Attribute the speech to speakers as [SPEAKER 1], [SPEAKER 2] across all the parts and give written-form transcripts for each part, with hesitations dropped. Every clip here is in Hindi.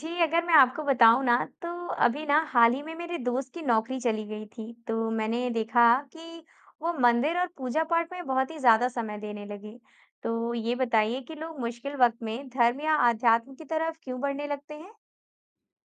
[SPEAKER 1] जी, अगर मैं आपको बताऊँ ना, तो अभी ना हाल ही में मेरे दोस्त की नौकरी चली गई थी, तो मैंने देखा कि वो मंदिर और पूजा-पाठ में बहुत ही ज़्यादा समय देने लगे। तो ये बताइए कि लोग मुश्किल वक़्त में धर्म या आध्यात्म की तरफ क्यों बढ़ने लगते हैं?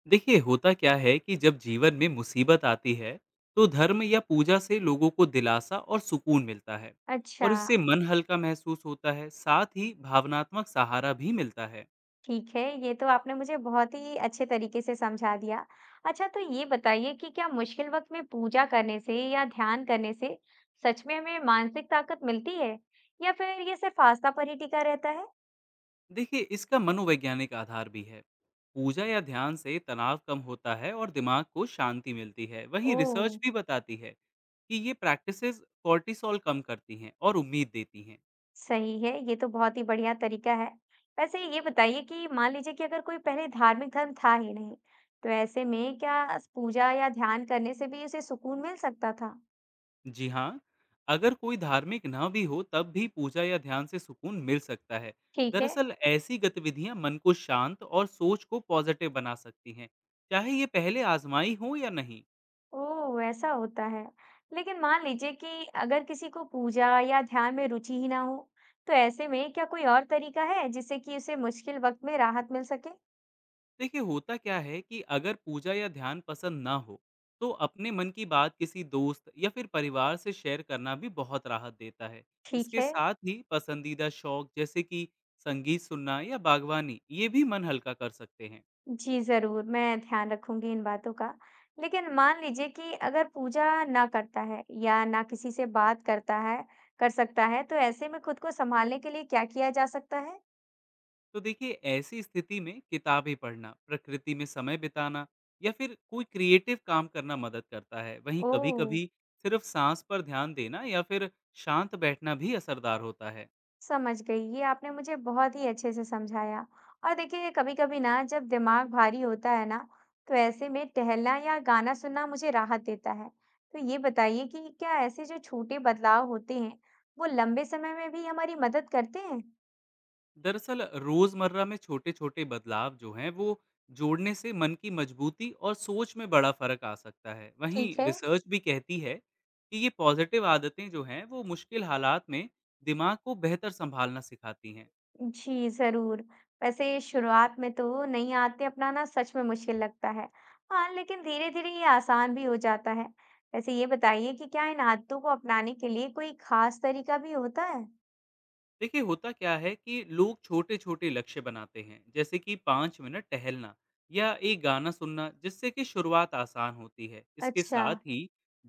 [SPEAKER 2] देखिए होता क्या है कि जब जीवन में मुसीबत आती है तो धर्म या पूजा से लोगों को दिलासा और सुकून मिलता है। और
[SPEAKER 1] अच्छा,
[SPEAKER 2] इससे मन हल्का महसूस होता है, साथ ही भावनात्मक सहारा भी मिलता है।
[SPEAKER 1] ठीक है, ये तो आपने मुझे बहुत ही अच्छे तरीके से समझा दिया। अच्छा, तो ये बताइए कि क्या मुश्किल वक़्त में पूजा करने से या ध्यान करने से सच में हमें मानसिक ताकत मिलती है, या फिर ये सिर्फ़ आस्था पर ही टिका रहता है?
[SPEAKER 2] देखिए, इसका मनोवैज्ञानिक आधार भी है। पूजा या ध्यान से तनाव कम होता है और दिमाग को शांति मिलती है। वहीं
[SPEAKER 1] ओह!
[SPEAKER 2] रिसर्च भी बताती है कि ये प्रैक्टिसेस कॉर्टिसोल कम करती हैं और उम्मीद देती हैं।
[SPEAKER 1] सही है, ये तो बहुत ही बढ़िया तरीका है। वैसे ये बताइए कि मान लीजिए कि अगर कोई पहले धार्मिक धर्म था ही नहीं, तो ऐसे में क्या अस पूजा या ध्यान करने से भी उसे सुकून मिल सकता था?
[SPEAKER 2] जी हाँ, अगर कोई धार्मिक ना भी हो तब भी पूजा या ध्यान से सुकून मिल सकता है।
[SPEAKER 1] ठीक है।
[SPEAKER 2] दरअसल ऐसी गतिविधियां मन को शांत और सोच को पॉजिटिव बना सकती हैं, चाहे ये पहले आजमाई हो या नहीं।
[SPEAKER 1] ओह! ऐसा होता है। लेकिन मान लीजिए कि अगर किसी को पूजा या ध्यान में रुचि ही ना हो, तो ऐसे में क्या कोई और तरीका है जिससे कि उसे मुश्किल वक़्त में राहत मिल सके?
[SPEAKER 2] देखिए होता क्या है कि अगर पूजा या ध्यान पसंद ना हो, तो अपने मन की बात किसी दोस्त या फिर परिवार से शेयर करना भी बहुत राहत देता है।
[SPEAKER 1] ठीक
[SPEAKER 2] इसके
[SPEAKER 1] है।
[SPEAKER 2] साथ ही पसंदीदा शौक जैसे कि संगीत सुनना या बागवानी, ये भी मन हल्का कर सकते हैं।
[SPEAKER 1] जी, ज़रूर, मैं ध्यान रखूँगी इन बातों का। लेकिन मान लीजिए कि अगर पूजा ना करता है या ना किसी से बात करता है कर सकता है, तो ऐसे में खुद को सँभालने के लिए क्या किया जा सकता है?
[SPEAKER 2] तो देखिए, ऐसी स्थिति में किताबें पढ़ना, प्रकृति में समय बिताना या फिर कोई क्रिएटिव काम करना मदद करता है। वहीं कभी
[SPEAKER 1] ओह!
[SPEAKER 2] कभी सिर्फ सांस पर ध्यान देना या फिर शांत बैठना भी असरदार होता है।
[SPEAKER 1] समझ गई, ये आपने मुझे बहुत ही अच्छे से समझाया। और देखिए, कभी-कभी ना जब दिमाग भारी होता है ना, तो ऐसे में टहलना या गाना सुनना मुझे राहत देता है। तो ये बताइए कि क्या ऐसे जो छोटे बदलाव होते हैं, वो लंबे समय में भी हमारी मदद करते हैं?
[SPEAKER 2] दरअसल रोजमर्रा में छोटे छोटे बदलाव जो हैं वो जोड़ने से मन की मजबूती और सोच में बड़ा फर्क आ सकता है। वहीं
[SPEAKER 1] ठीक है।
[SPEAKER 2] रिसर्च भी कहती है कि ये पॉजिटिव आदतें जो हैं वो मुश्किल हालात में दिमाग को बेहतर संभालना सिखाती हैं।
[SPEAKER 1] जी, ज़रूर। वैसे शुरुआत में तो नई आदतें अपनाना सच में मुश्किल लगता है। हाँ, लेकिन धीरे-धीरे ये आसान भी हो जाता है। वैसे ये बताइए कि क्या इन आदतों को अपनाने के लिए कोई खास तरीका भी होता है?
[SPEAKER 2] देखिए होता क्या है कि लोग छोटे छोटे लक्ष्य बनाते हैं, जैसे कि 5 मिनट टहलना या एक गाना सुनना, जिससे कि शुरुआत आसान होती है। इसके
[SPEAKER 1] अच्छा।
[SPEAKER 2] साथ ही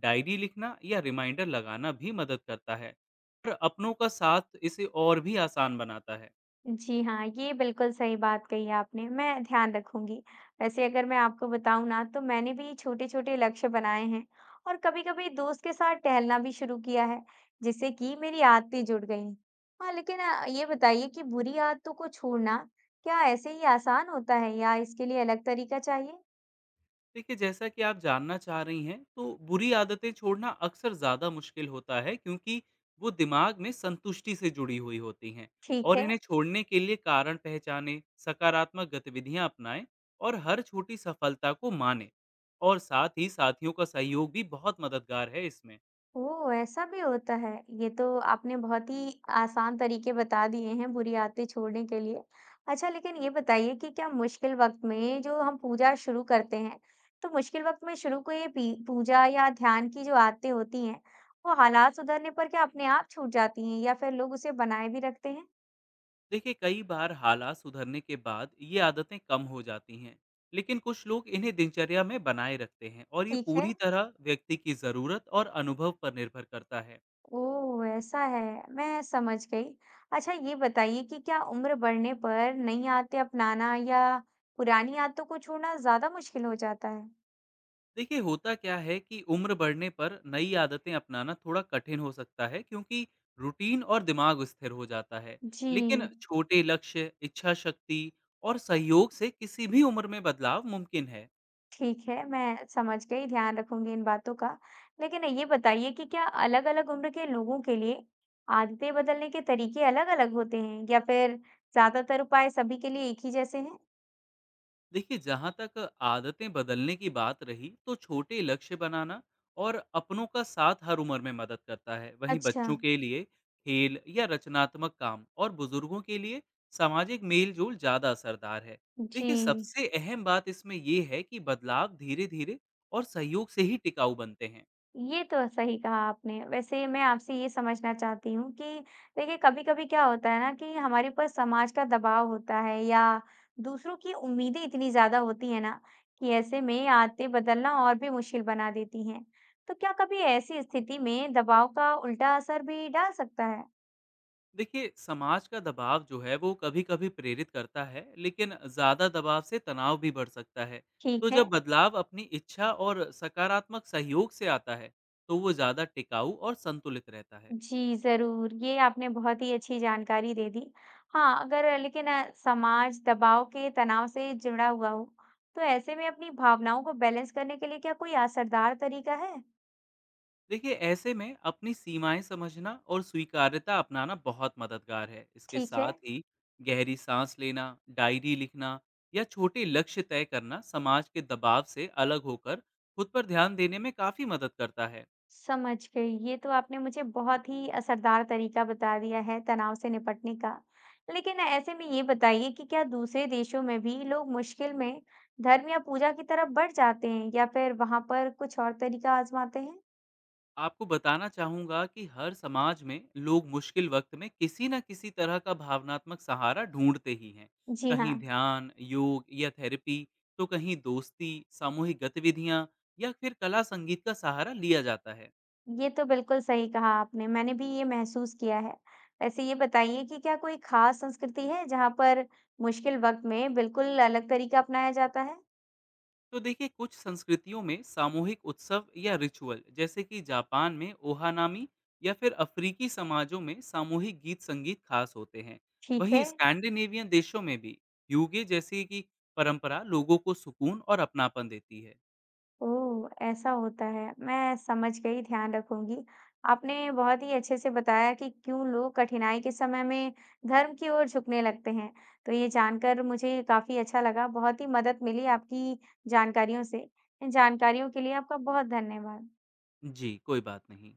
[SPEAKER 2] डायरी लिखना या रिमाइंडर लगाना भी मदद करता है, और अपनों का साथ इसे और भी आसान बनाता है।
[SPEAKER 1] जी हाँ, ये बिल्कुल सही बात कही आपने, मैं ध्यान रखूँगी। वैसे अगर मैं आपको बताऊँ ना तो मैंने भी छोटे-छोटे लक्ष्य बनाए हैं और कभी-कभी दोस्त के साथ टहलना भी शुरू किया है, जिससे कि मेरी आदतें जुड़ गई। हाँ, लेकिन ये बताइए कि बुरी आदतों को छोड़ना क्या ऐसे ही आसान होता है या इसके लिए अलग तरीका चाहिए?
[SPEAKER 2] देखिए, जैसा कि आप जानना चाह रही हैं, तो बुरी आदतें छोड़ना अक्सर ज़्यादा मुश्किल होता है, क्योंकि वो दिमाग में संतुष्टि से जुड़ी हुई होती हैं।
[SPEAKER 1] ठीक
[SPEAKER 2] और
[SPEAKER 1] है।
[SPEAKER 2] इन्हें छोड़ने के लिए कारण पहचाने, सकारात्मक गतिविधियां अपनाएं और हर छोटी सफलता को माने। और साथ ही साथियों का सहयोग भी बहुत मददगार है इसमें।
[SPEAKER 1] ओह! ऐसा भी होता है। ये तो आपने बहुत ही आसान तरीके बता दिए हैं बुरी आदतें छोड़ने के लिए। अच्छा लेकिन ये बताइए कि क्या मुश्किल वक़्त में जो हम पूजा शुरू करते हैं, तो मुश्किल वक़्त में शुरू को ये पी पूजा या ध्यान की जो आदतें होती हैं, वो हालात सुधरने पर क्या अपने आप छूट जाती हैं या फिर लोग उसे बनाए भी रखते हैं?
[SPEAKER 2] देखिए, कई बार हालात सुधरने के बाद ये आदतें कम हो जाती हैं, लेकिन कुछ लोग इन्हें दिनचर्या में बनाए रखते हैं और ये
[SPEAKER 1] ठीक है।
[SPEAKER 2] पूरी तरह व्यक्ति की ज़रूरत और अनुभव पर निर्भर करता है।
[SPEAKER 1] ओह! ऐसा है, मैं समझ गई। अच्छा ये बताइए कि क्या उम्र बढ़ने पर नई आदतें अपनाना या पुरानी आदतों को छोड़ना ज़्यादा मुश्किल हो जाता है?
[SPEAKER 2] देखिए होता क्या है कि उम्र बढ़ने पर नई आदतें अपनाना थोड़ा कठिन हो सकता है, क्योंकि रूटीन और दिमाग स्थिर हो जाता है।
[SPEAKER 1] जी,
[SPEAKER 2] लेकिन छोटे लक्ष्य, इच्छा शक्ति और सहयोग से किसी भी उम्र में बदलाव मुमकिन है।
[SPEAKER 1] ठीक है, मैं समझ गई, ध्यान रखूंगी इन बातों का। लेकिन ये बताइए कि क्या अलग-अलग उम्र के लोगों के लिए आदतें बदलने के तरीके अलग-अलग होते हैं या फिर ज़्यादातर उपाय सभी के लिए एक ही जैसे हैं?
[SPEAKER 2] देखिए, जहाँ तक आदतें बदलने की बात रही, तो छोटे लक्ष्य बनाना और अपनों का साथ हर उम्र में मदद करता है। वहीं
[SPEAKER 1] अच्छा,
[SPEAKER 2] बच्चों के लिए खेल या रचनात्मक काम, और बुजुर्गों के लिए सामाजिक मेल जोल ज़्यादा असरदार है।
[SPEAKER 1] जी।
[SPEAKER 2] देखिए सबसे अहम बात इसमें यह है कि बदलाव धीरे धीरे और सहयोग से ही टिकाऊ बनते हैं।
[SPEAKER 1] ये तो सही कहा आपने। वैसे मैं आपसे ये समझना चाहती हूँ कि देखिए कभी-कभी क्या होता है ना कि हमारे ऊपर समाज का दबाव होता है या दूसरों की उम्मीदें इतनी ज़्यादा होती हैं ना कि ऐसे में आदतें बदलना और भी मुश्किल बना देती हैं। तो क्या कभी ऐसी स्थिति में दबाव का उल्टा असर भी डाल सकता है?
[SPEAKER 2] देखिए, समाज का दबाव जो है वो कभी कभी प्रेरित करता है, लेकिन ज़्यादा दबाव से तनाव भी बढ़ सकता है। तो
[SPEAKER 1] ठीक है।
[SPEAKER 2] जब बदलाव अपनी इच्छा और सकारात्मक सहयोग से आता है, तो वो ज़्यादा टिकाऊ और संतुलित रहता है।
[SPEAKER 1] जी, ज़रूर। ये आपने बहुत ही अच्छी जानकारी दे दी। हाँ, अगर लेकिन समाज दबाव के तनाव से जुड़ा हुआ हो, तो ऐसे में अपनी भावनाओं को बैलेंस करने के लिए क्या कोई असरदार तरीका है?
[SPEAKER 2] देखिए, ऐसे में अपनी सीमाएं समझना और स्वीकार्यता अपनाना बहुत मददगार है। इसके
[SPEAKER 1] ठीक है,
[SPEAKER 2] साथ ही गहरी सांस लेना, डायरी लिखना या छोटे लक्ष्य तय करना, समाज के दबाव से अलग होकर खुद पर ध्यान देने में काफ़ी मदद करता है।
[SPEAKER 1] समझ गई। ये तो आपने मुझे बहुत ही असरदार तरीका बता दिया है तनाव से निपटने का। लेकिन ऐसे में ये बताइए कि क्या दूसरे देशों में भी लोग मुश्किल में धर्म या पूजा की तरफ बढ़ जाते हैं या फिर वहाँ पर कुछ और तरीका आज़माते हैं?
[SPEAKER 2] आपको बताना चाहूँगा कि हर समाज में लोग मुश्किल वक्त में किसी न किसी तरह का भावनात्मक सहारा ढूंढते ही हैं।
[SPEAKER 1] जी हाँ।
[SPEAKER 2] कहीं ध्यान, योग या थेरेपी, तो कहीं दोस्ती, सामूहिक गतिविधियाँ या फिर कला संगीत का सहारा लिया जाता है।
[SPEAKER 1] ये तो बिल्कुल सही कहा आपने, मैंने भी ये महसूस किया है। वैसे ये बताइए कि क्या कोई ख़ास संस्कृति है जहाँ पर मुश्किल वक़्त में बिल्कुल अलग तरीका अपनाया जाता है?
[SPEAKER 2] तो देखिए, कुछ संस्कृतियों में सामूहिक उत्सव या रिचुअल, जैसे कि जापान में ओहानामी या फिर अफ्रीकी समाजों में सामूहिक गीत संगीत खास होते हैं।
[SPEAKER 1] ठीक
[SPEAKER 2] वहीं
[SPEAKER 1] है।
[SPEAKER 2] स्कैंडिनेवियन देशों में भी ह्यूगे जैसी की परंपरा लोगों को सुकून और अपनापन देती है।
[SPEAKER 1] ओह! ऐसा होता है, मैं समझ गई, ध्यान रखूँगी। आपने बहुत ही अच्छे से बताया कि क्यों लोग कठिनाई के समय में धर्म की ओर झुकने लगते हैं, तो ये जानकर मुझे काफ़ी अच्छा लगा, बहुत ही मदद मिली आपकी जानकारियों से। इन जानकारियों के लिए आपका बहुत धन्यवाद।
[SPEAKER 2] जी कोई बात नहीं।